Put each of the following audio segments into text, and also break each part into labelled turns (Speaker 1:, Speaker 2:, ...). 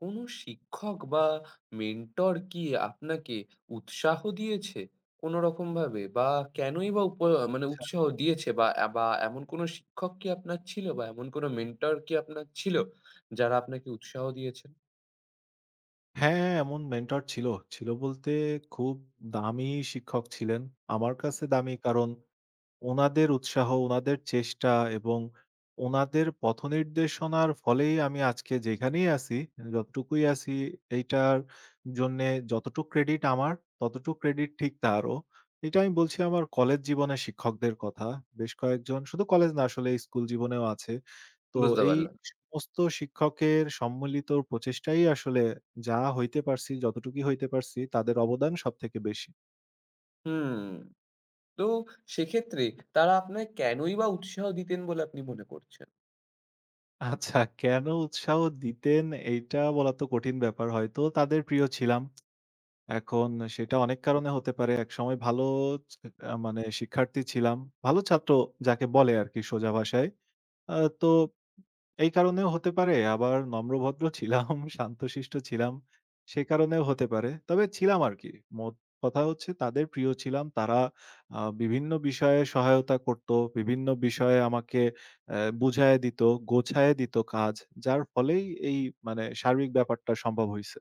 Speaker 1: কোনো শিক্ষক বা মেন্টর কি আপনাকে উৎসাহ দিয়েছে কোনো রকম ভাবে? বা কেনই বা মানে
Speaker 2: আচ্ছা।
Speaker 1: উৎসাহ দিয়েছে বা বা এমন কোনো শিক্ষক কি আপনার ছিল বা এমন কোনো মেন্টর কি আপনার ছিল যারা আপনাকে উৎসাহ দিয়েছেন?
Speaker 2: হ্যাঁ, এমন মেন্টর ছিল। ছিল বলতে খুব দামি শিক্ষক ছিলেন। আমার কাছে দামি কারণ উনাদের উৎসাহ, উনাদের চেষ্টা এবং উনাদের পথনির্দেশনার ফলেই আমি আজকে যেখানেই আছি, যতটুকুই আছি এইটার জন্যে যতটুক ক্রেডিট আমার, ততটুক ক্রেডিট ঠিক তারও। এটা আমি বলছি আমার কলেজ জীবনের শিক্ষকদের কথা। বেশ কয়েকজন শুধু কলেজ না আসলে স্কুল জীবনেও আছে। তো
Speaker 1: বুঝতে
Speaker 2: এই
Speaker 1: পারলাম।
Speaker 2: সমস্ত শিক্ষকের সম্মিলিত প্রচেষ্টাই আসলে যা হইতে পারছি, যতটুকুই হইতে পারছি তাদের অবদান সবথেকে বেশি।
Speaker 1: হুম। তো সেক্ষেত্রে তারা আপনায় কেনই বা উৎসাহ দিতেন বলে আপনি মনে করছেন?
Speaker 2: আচ্ছা কেন উৎসাহ দিতেন এইটা বলা তো কঠিন ব্যাপার। হয়তো তাদের প্রিয় ছিলাম। এখন সেটা অনেক কারণে হতে পারে। একসময় ভালো চ আ মানে শিক্ষার্থী ছিলাম। ভালো ছাত্র যাকে বলে আরকি সোজা ভাষায়। আ তো এই কারণেও হতে পারে, আবার নম্রভদ্র ছিলাম, শান্তশিষ্ট ছিলাম। সে কারণেও হতে পারে। তবে ছিলাম আরকি। মোট কথা হচ্ছে তাদের প্রিয় ছিলাম। তারা বিভিন্ন বিষয়ে সহায়তা করত। বিভিন্ন বিষয়ে আমাকে বুঝায়ে দিত, গোছায়ে দিত কাজ। যার ফলেই এই মানে সার্বিক ব্যাপারটা সম্ভব হইছে।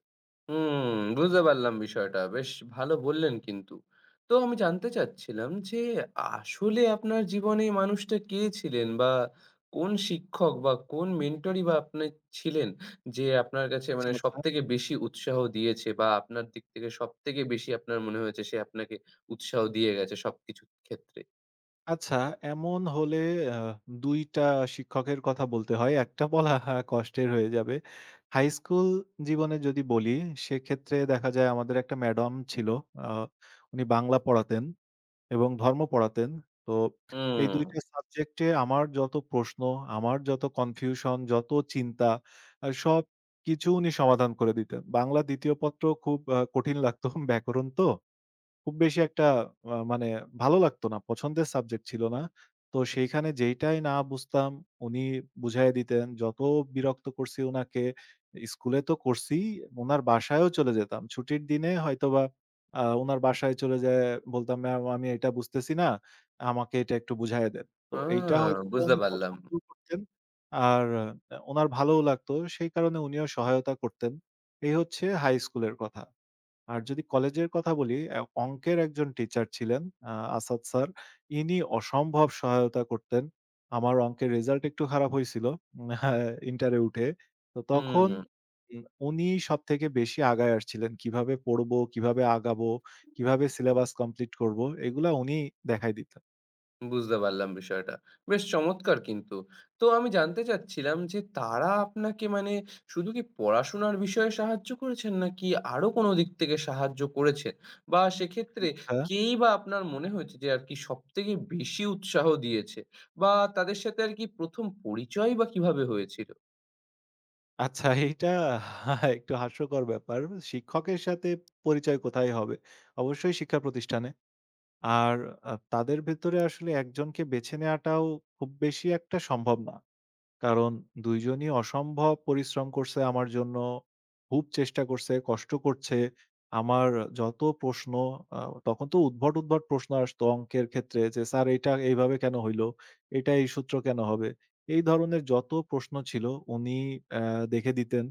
Speaker 1: হুম, বুঝতে পারলাম বিষয়টা। বেশ ভালো বললেন কিন্তু। তো আমি জানতে চাচ্ছিলাম যে আসলে আপনার জীবনে এই মানুষটা কে ছিলেন? বা কোন শিক্ষক বা কোন মেন্টরই বা আপনি ছিলেন যে আপনার কাছে
Speaker 2: আচ্ছা,
Speaker 1: মানে
Speaker 2: আচ্ছা।
Speaker 1: সবথেকে বেশি উৎসাহ দিয়েছে বা আপনার দিক থেকে সবথেকে বেশি আপনার মনে হয়েছে সে আপনাকে উৎসাহ দিয়ে গেছে সবকিছুর ক্ষেত্রে?
Speaker 2: আচ্ছা, এমন হলে আ ২ টা শিক্ষকের কথা বলতে হয়। একটা বলা হা, কষ্টের হয়ে যাবে। হাই স্কুল জীবনে যদি বলি, সেক্ষেত্রে দেখা যায় আমাদের একটা ম্যাডাম ছিল। আ উনি বাংলা পড়াতেন এবং ধর্ম পড়াতেন। তো এই ২
Speaker 1: হুম,
Speaker 2: টা সাবজেক্টে আমার যত প্রশ্ন, আমার যত কনফিউশন, যত চিন্তা সবকিছু উনি সমাধান করে দিতেন। বাংলা ২য় পত্র খুব কঠিন লাগতো ব্যাকরণ তো। খুব বেশি একটা মানে ভালো লাগতো না। পছন্দের সাবজেক্ট ছিল না। তো সেইখানে যেইটাই না বুঝতাম উনি বুঝাইয়া দিতেন। যত বিরক্ত করছি উনাকে, স্কুলে তো করছি, উনার বাসায়ও চলে যেতাম। ছুটির দিনে হয়তোবা উনার বাসায় চলে যেয়ে বলতাম, "ম্যাম আমি এটা বুঝতেছি না, আমাকে এটা একটু বুঝাইয়া দেন।" তো
Speaker 1: আ
Speaker 2: এইটা হয়তোবা
Speaker 1: বুঝতে
Speaker 2: উনি
Speaker 1: পারলাম।
Speaker 2: পছন্দও করতেন। আর উনার ভালোও লাগতো। সেই কারণে উনিও সহায়তা করতেন। এই হচ্ছে হাই স্কুলের কথা। আর যদি কলেজের কথা বলি, অঙ্কের একজন টিচার ছিলেন আ আসাদ স্যার। ইনি অসম্ভব সহায়তা করতেন। আমার অঙ্কের রেজাল্ট একটু খারাপ হইছিল ইন্টারে উঠে। তো তখন
Speaker 1: হুম।
Speaker 2: উম উনি সবথেকে বেশি আগায় আসছিলেন। কিভাবে পড়বো, কিভাবে আগাবো, কিভাবে সিলেবাস কমপ্লিট করবো, এগুলা উনি দেখাই দিতেন।
Speaker 1: বুঝতে পারলাম বিষয়টা। বেশ চমৎকার কিন্তু। তো আমি জানতে চাচ্ছিলাম যে তারা আপনাকে মানে শুধু কি পড়াশোনার বিষয়ে সাহায্য করেছেন নাকি আরো কোনো দিক থেকে সাহায্য করেছেন? বা সেক্ষেত্রে
Speaker 2: আচ্ছা।
Speaker 1: কেই বা আপনার মনে হয়েছে যে আরকি সবথেকে বেশি উৎসাহ দিয়েছে? বা তাদের সাথে আরকি ১ম পরিচয়ই বা কিভাবে হয়েছিল?
Speaker 2: আচ্ছা, এইটা একটু হাস্যকর ব্যাপার। শিক্ষকের সাথে পরিচয় কোথায় হবে? অবশ্যই শিক্ষা প্রতিষ্ঠানে। আর তাদের ভেতরে আসলে একজনকে বেছে নেয়াটাও খুব বেশি একটা সম্ভব না। কারণ ২ জনই অসম্ভব পরিশ্রম করছে আমার জন্য, খুব চেষ্টা করছে, কষ্ট করছে। আমার যত প্রশ্ন আ তখন তো উদ্ভট, উদ্ভট প্রশ্ন আসতো অঙ্কের ক্ষেত্রে যে, "স্যার এইটা এইভাবে কেন হইল? এটা এই সূত্র কেন হবে?" এই ধরনের যত প্রশ্ন ছিল উনি অ্যা দেখে দিতেন।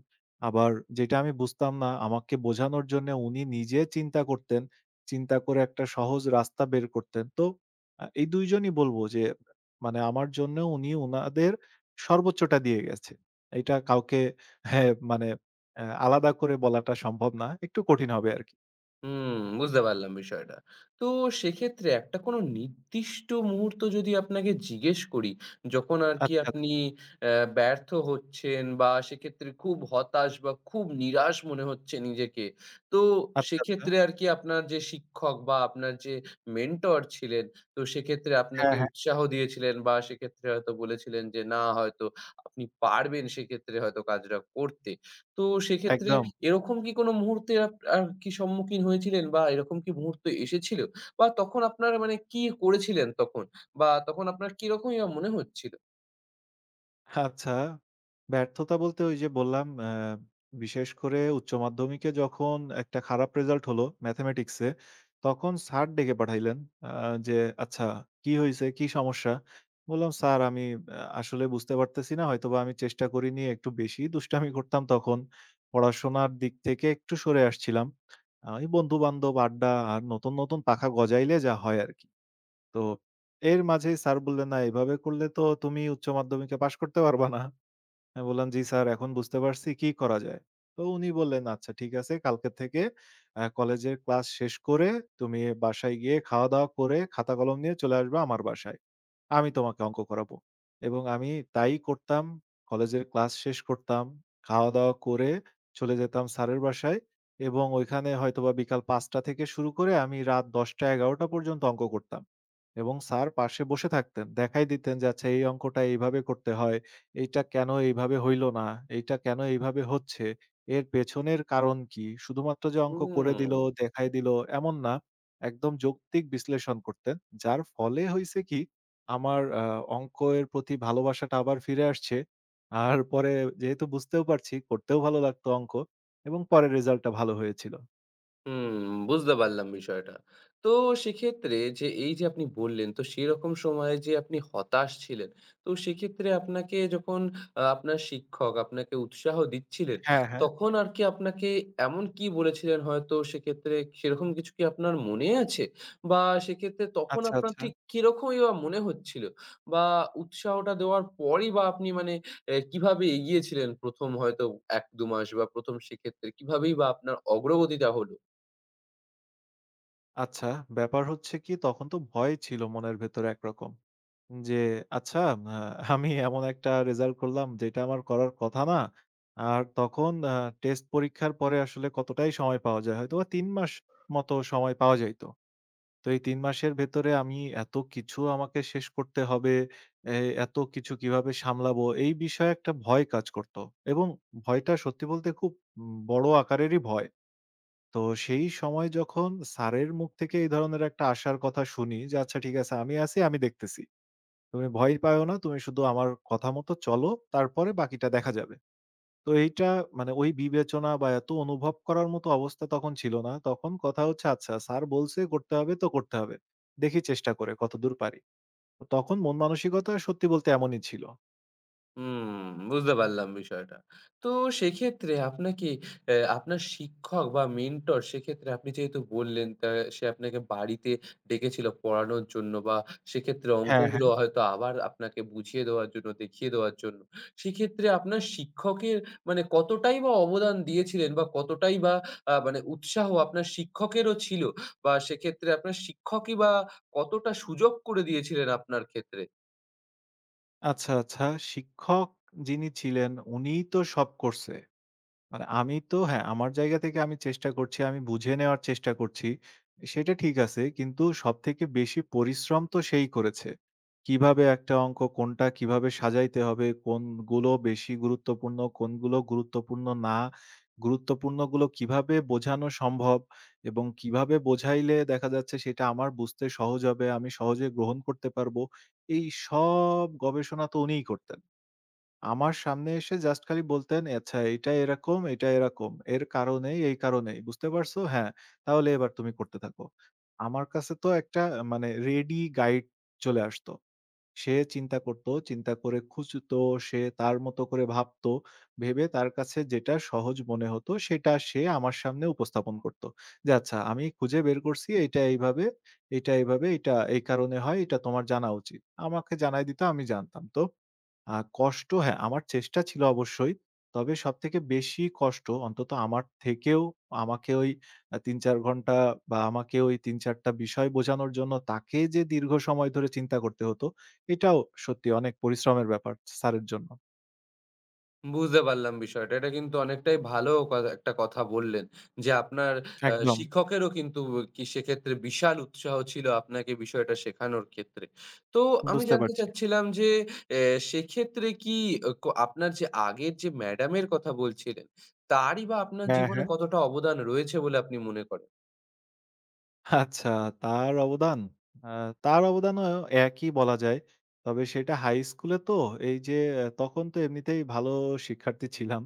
Speaker 2: আবার যেটা আমি বুঝতাম না আমাকে বোঝানোর জন্যে উনি নিজে চিন্তা করতেন। চিন্তা করে একটা সহজ রাস্তা বের করতেন। তো এই ২ জনই বলব যে, মানে আমার জন্য উনি উনাদের সর্বোচ্চটা দিয়ে গেছে। এটা কাউকে হ্যাঁ, মানে আলাদা করে বলাটা সম্ভব না। একটু কঠিন হবে আরকি।
Speaker 1: হুম, বুঝতে পারলাম বিষয়টা। তো সেক্ষেত্রে একটা কোনো নির্দিষ্ট মুহূর্ত যদি আপনাকে জিজ্ঞেস করি, যখন আরকি
Speaker 2: আচ্ছা, আচ্ছা,
Speaker 1: আপনি ব্যর্থ হচ্ছেন বা সেক্ষেত্রে খুব হতাশ বা খুব নিরাশ মনে হচ্ছে নিজেকে। তো
Speaker 2: আচ্ছা, আচ্ছা।
Speaker 1: সেক্ষেত্রে আরকি আপনার যে শিক্ষক বা আপনার যে মেন্টর ছিলেন, তো সেক্ষেত্রে
Speaker 2: হ্যাঁ,
Speaker 1: আপনাকে
Speaker 2: হ্যাঁ,
Speaker 1: উৎসাহ দিয়েছিলেন বা সেক্ষেত্রে হয়তো বলেছিলেন যে, "না হয়তো আপনি পারবেন সেক্ষেত্রে হয়তো কাজটা করতে।" তো সেক্ষেত্রে
Speaker 2: একদম।
Speaker 1: এরকম কি কোনো মুহূর্তে আর কি সম্মুখীন হয়েছিলেন বা এরকম কি মুহূর্ত এসেছিল? বা তখন আপনার মানে কি করেছিলেন তখন? বা তখন আপনার কিরকমই বা মনে হচ্ছিল?
Speaker 2: আচ্ছা। ব্যর্থতা বলতে ওই যে বললাম বিশেষ করে উচ্চ মাধ্যমিকে যখন একটা খারাপ রেজাল্ট হলো ম্যাথমেটিক্সে, তখন স্যার ডেকে পাঠাইলেন। আ যে, "আচ্ছা কি হইছে? কি সমস্যা?" বললাম, "স্যার আমি আসলে বুঝতে পারতেছি না। হয়তোবা আমি চেষ্টা করিনি। একটু বেশিই দুষ্টামি করতাম তখন। পড়াশোনার দিক থেকে একটু সরে আসছিলাম। ওই বন্ধু-বান্ধব, আড্ডা আর নতুন, নতুন পাখা গজাইলে যা হয় আরকি।" তো এর মাঝেই স্যার বললেন, "না, এভাবে করলে তো তুমি উচ্চ মাধ্যমিকে পাস করতে পারবা না।" আমি বললাম, "জি স্যার, এখন বুঝতে পারছি, কি করা যায়?" তো উনি বললেন, "আচ্ছা ঠিক আছে, কালকে থেকে কলেজের ক্লাস শেষ করে তুমি বাসায় গিয়ে খাওয়া-দাওয়া করে খাতা-কলম নিয়ে চলে আসবা আমার বাসায়।" আমি তোমাকে অঙ্ক করাবো। এবং আমি তাই করতাম। কলেজের ক্লাস শেষ করতাম। খাওয়া-দাওয়া করে চলে যেতাম স্যারের বাসায় এবং ওইখানে হয়তোবা বিকাল ৫ঃ০০ থেকে শুরু করে আমি রাত ১০ঃ০০-১১ঃ০০ পর্যন্ত অঙ্ক করতাম। এবং স্যার পাশে বসে থাকতেন। দেখাই দিতেন যে, "আচ্ছা এই অঙ্কটা এইভাবে করতে হয়। এইটা কেন এইভাবে হইল না? এইটা কেন এইভাবে হচ্ছে? এর পেছনের কারণ কি?" শুধুমাত্র যে অঙ্ক করে
Speaker 1: হুম।
Speaker 2: দিল, দেখাই দিল এমন না। একদম যৌক্তিক বিশ্লেষণ করতেন। যার ফলে হইছে কি আমার অঙ্কের প্রতি ভালোবাসাটা আবার ফিরে আসছে। আর পরে যেহেতু বুঝতেও পারছি, করতেও ভালো লাগতো অঙ্ক এবং পরে রেজাল্টটা ভালো হয়েছিল।
Speaker 1: হুম, বুঝতে পারলাম বিষয়টা। তো সেক্ষেত্রে যে এই যে আপনি বললেন, তো সেরকম সময়ে যে আপনি হতাশ ছিলেন, তো সেক্ষেত্রে আপনাকে যখন আপনার শিক্ষক আপনাকে উৎসাহ দিচ্ছিলেন,
Speaker 2: হ্যাঁ, হ্যাঁ।
Speaker 1: তখন আর কি আপনাকে এমন কি বলেছিলেন হয়তো সেক্ষেত্রে সেরকম কিছু কি আপনার মনে আছে? বা সেক্ষেত্রে তখন
Speaker 2: আচ্ছা,
Speaker 1: আপনার
Speaker 2: আচ্ছা।
Speaker 1: ঠিক কিরকমই বা মনে হচ্ছিল? বা উৎসাহটা দেওয়ার পরই বা আপনি মানে কিভাবে এগিয়েছিলেন ১ম হয়তো ১-২ মাস বা ১ম সেক্ষেত্রে কিভাবেই বা আপনার অগ্রগতিটা হল?
Speaker 2: আচ্ছা, ব্যাপার হচ্ছে কি তখন তো ভয় ছিল মনের ভেতরে একরকম। যে আচ্ছা আ আমি এমন একটা রেজাল্ট করলাম যেটা আমার করার কথা না। আর তখন টেস্ট পরীক্ষার পরে আসলে কতটাই সময় পাওয়া যায়। হয়তোবা ৩ মাস মতো সময় পাওয়া যাইত। তো এই ৩ মাসের ভেতরে আমি এত কিছু আমাকে শেষ করতে হবে, এ এত কিছু কিভাবে সামলাবো এই বিষয়ে একটা ভয় কাজ করত। এবং ভয়টা সত্যি বলতে খুব বড় আকারেরই ভয়। তো সেই সময় যখন স্যারের মুখ থেকে এই ধরনের একটা আশার কথা শুনি যে, "আচ্ছা ঠিক আছে আমি আছি, আমি দেখতেছি। তুমি ভয় পাইও না, তুমি শুধু আমার কথা মতো চলো, তারপরে বাকিটা দেখা যাবে।" তো এইটা মানে ওই বিবেচনা বা এত অনুভব করার মতো অবস্থা তখন ছিল না। তখন কথা হচ্ছে আচ্ছা স্যার বলছে করতে হবে তো করতে হবে। দেখি চেষ্টা করে কতদূর পারি। তো তখন মন মানসিকতা সত্যি বলতে এমনই ছিল।
Speaker 1: হুম, বুঝতে পারলাম বিষয়টা। তো সেক্ষেত্রে আপনাকে আপনার শিক্ষক বা মেন্টর সেক্ষেত্রে আপনি যেহেতু বললেন তা সে আপনাকে বাড়িতে ডেকেছিল পড়ানোর জন্য বা সেক্ষেত্রে
Speaker 2: হ্যাঁ, হ্যাঁ।
Speaker 1: অঙ্কগুলো হয়তো আবার আপনাকে বুঝিয়ে দেওয়ার জন্য, দেখিয়ে দেওয়ার জন্য। সেক্ষেত্রে আপনার শিক্ষকের মানে কতটাই বা অবদান দিয়েছিলেন বা কতটাই বা মানে উৎসাহ আপনার শিক্ষকেরও ছিল বা সেক্ষেত্রে আপনার শিক্ষকই বা কতটা সুযোগ করে দিয়েছিলেন আপনার ক্ষেত্রে?
Speaker 2: আচ্ছা, আচ্ছা শিক্ষক যিনি ছিলেন উনিই তো সব করছে। মানে আমি তো হ্যাঁ, আমার জায়গা থেকে আমি চেষ্টা করছি, আমি বুঝে নেওয়ার চেষ্টা করছি। সেটা ঠিক আছে। কিন্তু সবথেকে বেশি পরিশ্রম তো সেই করেছে। কিভাবে একটা অঙ্ক কোনটা কিভাবে সাজাইতে হবে, কোনগুলো বেশি গুরুত্বপূর্ণ, কোনগুলো গুরুত্বপূর্ণ না, গুরুত্বপূর্ণগুলো কিভাবে বোঝানো সম্ভব এবং কিভাবে বোঝাইলে দেখা যাচ্ছে সেটা আমার বুঝতে সহজ হবে, আমি সহজে গ্রহণ করতে পারবো। এই সব গবেষণা তো উনিই করতেন। আমার সামনে এসে জাস্ট খালি বলতেন, "আচ্ছা এটা এরকম, এটা এরকম। এর কারণেই, এই কারণেই। বুঝতে পারছো? হ্যাঁ, তাহলে এবার তুমি করতে থাকো।" আমার কাছে তো একটা মানে রেডি গাইড চলে আসতো। সে চিন্তা করতো, চিন্তা করে খুঁজতো, সে তার মতো করে ভাবতো। ভেবে তার কাছে যেটা সহজ মনে হতো সেটা সে আমার সামনে উপস্থাপন করত। যে, "আচ্ছা আমি খুঁজে বের করছি এটা এইভাবে, এটা এইভাবে, এটা এই কারণে হয়, এটা তোমার জানা উচিত।" আমাকে জানায় দিত, আমি জানতাম। তো আ কষ্ট হ্যাঁ, আমার চেষ্টা ছিল অবশ্যই। তবে সবথেকে বেশি কষ্ট অন্তত আমার থেকেও আমাকে ওই ৩-৪ ঘন্টা বা আমাকে ওই ৩-৪ টা বিষয় বোঝানোর জন্য তাকে যে দীর্ঘ সময় ধরে চিন্তা করতে হতো, এটাও সত্যি অনেক পরিশ্রমের ব্যাপার স্যারের জন্য।
Speaker 1: বুঝতে পারলাম বিষয়টা। এটা কিন্তু অনেকটাই ভালো একটা কথা বললেন। যে আপনার
Speaker 2: একদম।
Speaker 1: শিক্ষকেরও কিন্তু কি সেক্ষেত্রে বিশাল উৎসাহ ছিল আপনাকে বিষয়টা শেখানোর ক্ষেত্রে। তো আমি
Speaker 2: বুঝতে
Speaker 1: জানতে
Speaker 2: পারছি।
Speaker 1: চাচ্ছিলাম যে এ সেক্ষেত্রে কি অ ক আপনার যে আগের যে ম্যাডামের কথা বলছিলেন, তারই বা আপনার
Speaker 2: হ্যাঁ,
Speaker 1: জীবনে
Speaker 2: হ্যাঁ।
Speaker 1: কতটা অবদান রয়েছে বলে আপনি মনে করেন?
Speaker 2: আচ্ছা, তার অবদান? আ তার অবদানও একই বলা যায়। তবে সেটা হাই স্কুলে তো এই যে তখন তো এমনিতেই ভালো শিক্ষার্থী ছিলাম।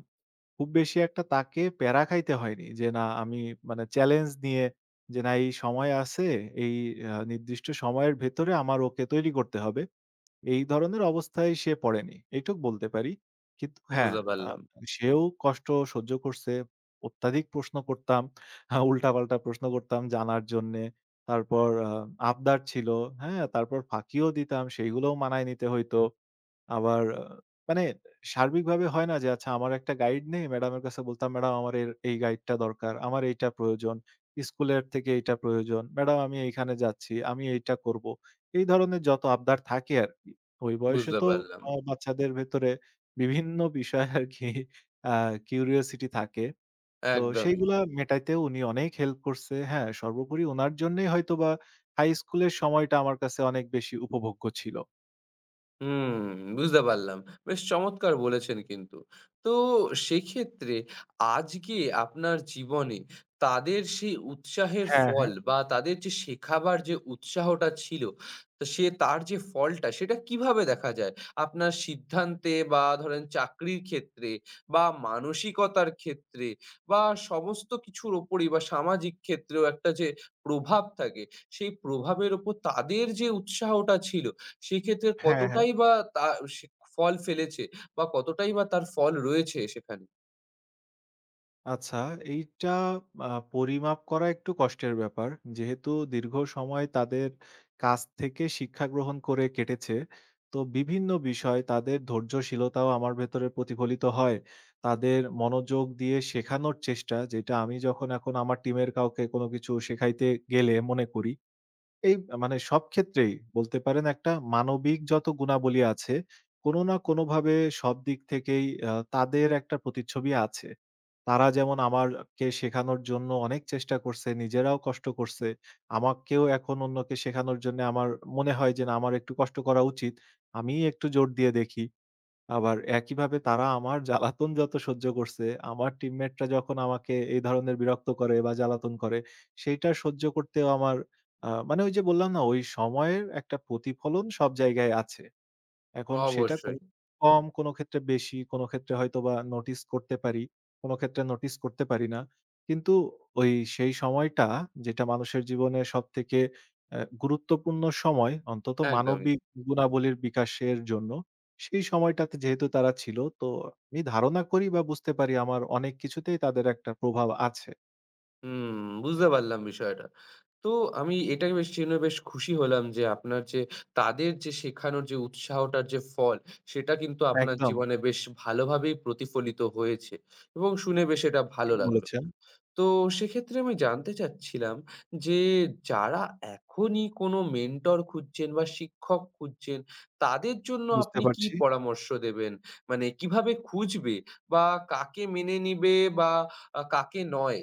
Speaker 2: খুব বেশি একটা তাকে প্যারা খাইতে হয়নি। যে না আমি মানে চ্যালেঞ্জ নিয়ে যে না এই সময় আছে, এই নির্দিষ্ট সময়ের ভেতরে আমার ওকে তৈরি করতে হবে। এই ধরনের অবস্থায় সে পড়েনি। এইটুক বলতে পারি। কিন্তু হ্যাঁ,
Speaker 1: বুঝতে
Speaker 2: আ
Speaker 1: পারলাম,
Speaker 2: সেও কষ্ট সহ্য করছে। অত্যাধিক প্রশ্ন করতাম। উল্টাপাল্টা প্রশ্ন করতাম জানার জন্যে। তারপর আবদার ছিল। হ্যাঁ? তারপর ফাঁকিও দিতাম। সেইগুলোও মানায় নিতে হইতো। আবার মানে সার্বিকভাবে হয় না যে আচ্ছা আমার একটা গাইড নেই। ম্যাডামের কাছে বলতাম, "ম্যাডাম আমার এর এই গাইডটা দরকার। আমার এইটা প্রয়োজন। স্কুলের থেকে এইটা প্রয়োজন। ম্যাডাম আমি এইখানে যাচ্ছি। আমি এইটা করব।" এই ধরনের যত আবদার থাকে আরকি। ওই বয়সে
Speaker 1: বুঝতে
Speaker 2: তো
Speaker 1: পারলাম।
Speaker 2: বাচ্চাদের ভেতরে বিভিন্ন বিষয় আরকি আ কিউরিওসিটি থাকে। তো
Speaker 1: একদমই।
Speaker 2: সেইগুলা মেটাইতেও উনি অনেক হেল্প করছে। হ্যাঁ, সর্বোপরি উনার জন্যই হয়তোবা হাই স্কুলের সময়টা আমার কাছে অনেক বেশি উপভোগ্য ছিল।
Speaker 1: হুম, বুঝতে পারলাম। বেশ চমৎকার বলেছেন কিন্তু। তো সেক্ষেত্রে আজকে আপনার জীবনে তাদের সেই উৎসাহের
Speaker 2: হ্যাঁ, হ্যাঁ।
Speaker 1: ফল বা তাদের যে শেখাবার যে উৎসাহটা ছিল, তো সে তার যে ফলটা সেটা কিভাবে দেখা যায়? আপনার সিদ্ধান্তে বা ধরেন চাকরির ক্ষেত্রে বা মানসিকতার ক্ষেত্রে বা সমস্ত কিছুর উপরেই বা সামাজিক ক্ষেত্রেও একটা যে প্রভাব থাকে, সেই প্রভাবের উপর তাদের যে উৎসাহটা ছিল সেক্ষেত্রে
Speaker 2: হ্যাঁ, হ্যাঁ।
Speaker 1: কতটাই বা তা সে ফল ফেলেছে বা কতটাই বা তার ফল রয়েছে সেখানে?
Speaker 2: আচ্ছা, এইটা পরিমাপ করা একটু কষ্টের ব্যাপার। যেহেতু দীর্ঘ সময় তাদের কাছ থেকে শিক্ষা গ্রহণ করে কেটেছে, তো বিভিন্ন বিষয় তাদের ধৈর্যশীলতাও আমার ভেতরে প্রতিফলিত হয়। তাদের মনোযোগ দিয়ে শেখানোর চেষ্টা, যেটা আমি যখন এখন আমার টিমের কাউকে কোনো কিছু শেখাইতে গেলে মনে করি, এই মানে সব ক্ষেত্রেই বলতে পারেন একটা মানবিক যত গুণাবলী আছে, কোনো না কোনোভাবে সব দিক থেকেই তাদের একটা প্রতিচ্ছবি আছে। তারা যেমন আমারকে শেখানোর জন্য অনেক চেষ্টা করছে, নিজেরাও কষ্ট করছে। আমাকেও এখন অন্যকে শেখানোর জন্যে আমার মনে হয় যে, না আমার একটু কষ্ট করা উচিত। আমিই একটু জোর দিয়ে দেখি। আবার একইভাবে তারা আমার জ্বালাতন যত সহ্য করছে, আমার টিমমেটরা যখন আমাকে এই ধরনের বিরক্ত করে বা জ্বালাতন করে, সেইটা সহ্য করতেও আমার মানে ওই যে বললাম না, ওই সময়ের একটা প্রতিফলন সব জায়গায় আছে। এখন সেটা কোন
Speaker 1: অবশ্যই।
Speaker 2: কম, কোন ক্ষেত্রে বেশি, কোন ক্ষেত্রে হয়তোবা নোটিস করতে পারি, কোন ক্ষেত্রে নোটিস করতে পারি না। কিন্তু ওই সেই সময়টা যেটা মানুষের জীবনে সবথেকে গুরুত্বপূর্ণ সময় অন্তত
Speaker 1: একদমই।
Speaker 2: মানবিক গুণাবলীর বিকাশের জন্য, সেই সময়টাতে যেহেতু তারা ছিল তো আমি ধারণা করি বা বুঝতে পারি আমার অনেক কিছুতেই তাদের একটা প্রভাব আছে।
Speaker 1: হুম, বুঝতে পারলাম বিষয়টা। তো আমি এটা বেশ জেনে বেশ খুশি হলাম যে আপনার যে তাদের যে শেখানোর যে উৎসাহটার যে ফল, সেটা কিন্তু আপনার
Speaker 2: একদম
Speaker 1: জীবনে বেশ ভালোভাবেই প্রতিফলিত হয়েছে এবং শুনে বেশ এটা
Speaker 2: ঠিক
Speaker 1: ভালো লাগলো।
Speaker 2: বলেছেন,
Speaker 1: তো সেক্ষেত্রে আমি জানতে চাচ্ছিলাম যে, যারা এখনই কোনো মেন্টর খুঁজছেন বা শিক্ষক খুঁজছেন, তাদের জন্য
Speaker 2: বুঝতে
Speaker 1: আপনি কি
Speaker 2: পারছি।
Speaker 1: পরামর্শ দেবেন? মানে কিভাবে খুঁজবে বা কাকে মেনে নিবে বা কাকে নয়?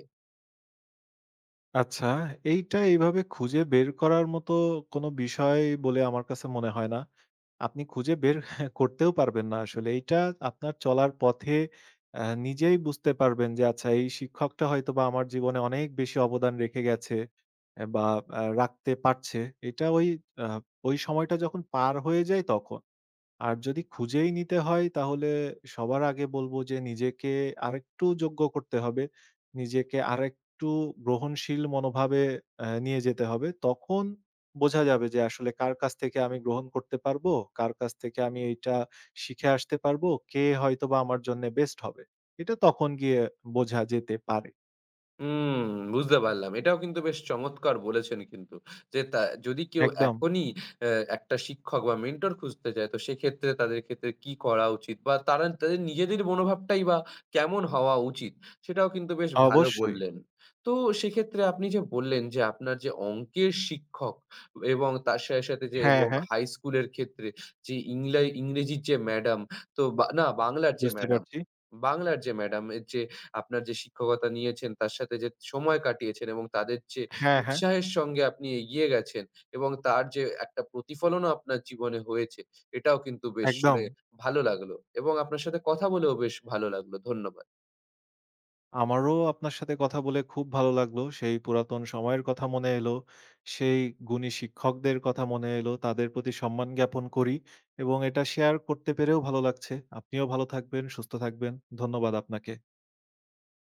Speaker 2: আচ্ছা, এইটা এইভাবে খুঁজে বের করার মতো কোনো বিষয় বলে আমার কাছে মনে হয় না। আপনি খুঁজে বের করতেও পারবেন না আসলে। এইটা আপনার চলার পথে নিজেই বুঝতে পারবেন যে আচ্ছা এই শিক্ষকটা হয়তোবা আমার জীবনে অনেক বেশি অবদান রেখে গেছে বা রাখতে পারছে। এটা আ ওই সময়টা যখন পার হয়ে যায় তখন। আর যদি খুঁজেই নিতে হয় তাহলে সবার আগে বলবো যে নিজেকে আরেকটু যোগ্য করতে হবে। নিজেকে আরেকটু গ্রহণশীল মনোভাবে নিয়ে যেতে হবে। তখন বোঝা যাবে যে আসলে কার কাছ থেকে আমি গ্রহণ করতে পারবো, কার কাছ থেকে আমি এইটা শিখে আসতে পারবো, কে হয়তোবা আমার জন্যে বেস্ট হবে। এটা তখন গিয়ে বোঝা যেতে পারে।
Speaker 1: হুম, বুঝতে পারলাম। এটাও কিন্তু বেশ চমৎকার বলেছেন কিন্তু। যে তা যদি কেউ
Speaker 2: একদম,
Speaker 1: এখনই অ্যা একটা শিক্ষক বা মেন্টর খুঁজতে চায়, তো সেক্ষেত্রে তাদের ক্ষেত্রে কি করা উচিত? বা তারা তাদের নিজেদের মনোভাবটাই বা কেমন হওয়া উচিত? সেটাও কিন্তু বেশ ভালো
Speaker 2: অবশ্যই।
Speaker 1: বললেন। তো সেক্ষেত্রে আপনি যে বললেন যে আপনার যে অঙ্কের শিক্ষক এবং তার সাথে যে
Speaker 2: হ্যাঁ,
Speaker 1: এবং
Speaker 2: হ্যাঁ,
Speaker 1: হাই স্কুলের ক্ষেত্রে যে ইংরেজির যে ম্যাডাম, তো বা না বাংলার যে
Speaker 2: বুঝতে
Speaker 1: ম্যাডাম,
Speaker 2: পারছি।
Speaker 1: বাংলার যে ম্যাডাম এর যে আপনার যে শিক্ষকতা নিয়েছেন তার সাথে যে সময় কাটিয়েছেন এবং তাদের যে
Speaker 2: হ্যাঁ, হ্যাঁ,
Speaker 1: উৎসাহের সঙ্গে আপনি এগিয়ে গেছেন এবং তার যে একটা প্রতিফলনও আপনার জীবনে হয়েছে এটাও কিন্তু বেশ
Speaker 2: একদম।
Speaker 1: শুনে ভালো লাগলো এবং আপনার সাথে কথা বলেও বেশ ভালো লাগলো। ধন্যবাদ।
Speaker 2: আমারও আপনার সাথে কথা বলে খুব ভালো লাগলো। সেই পুরাতন সময়ের কথা মনে এলো। সেই গুণী শিক্ষকদের কথা মনে এলো। তাদের প্রতি সম্মান জ্ঞাপন করি এবং এটা শেয়ার করতে পেরেও ভালো লাগছে। আপনিও ভালো থাকবেন, সুস্থ থাকবেন। ধন্যবাদ আপনাকে।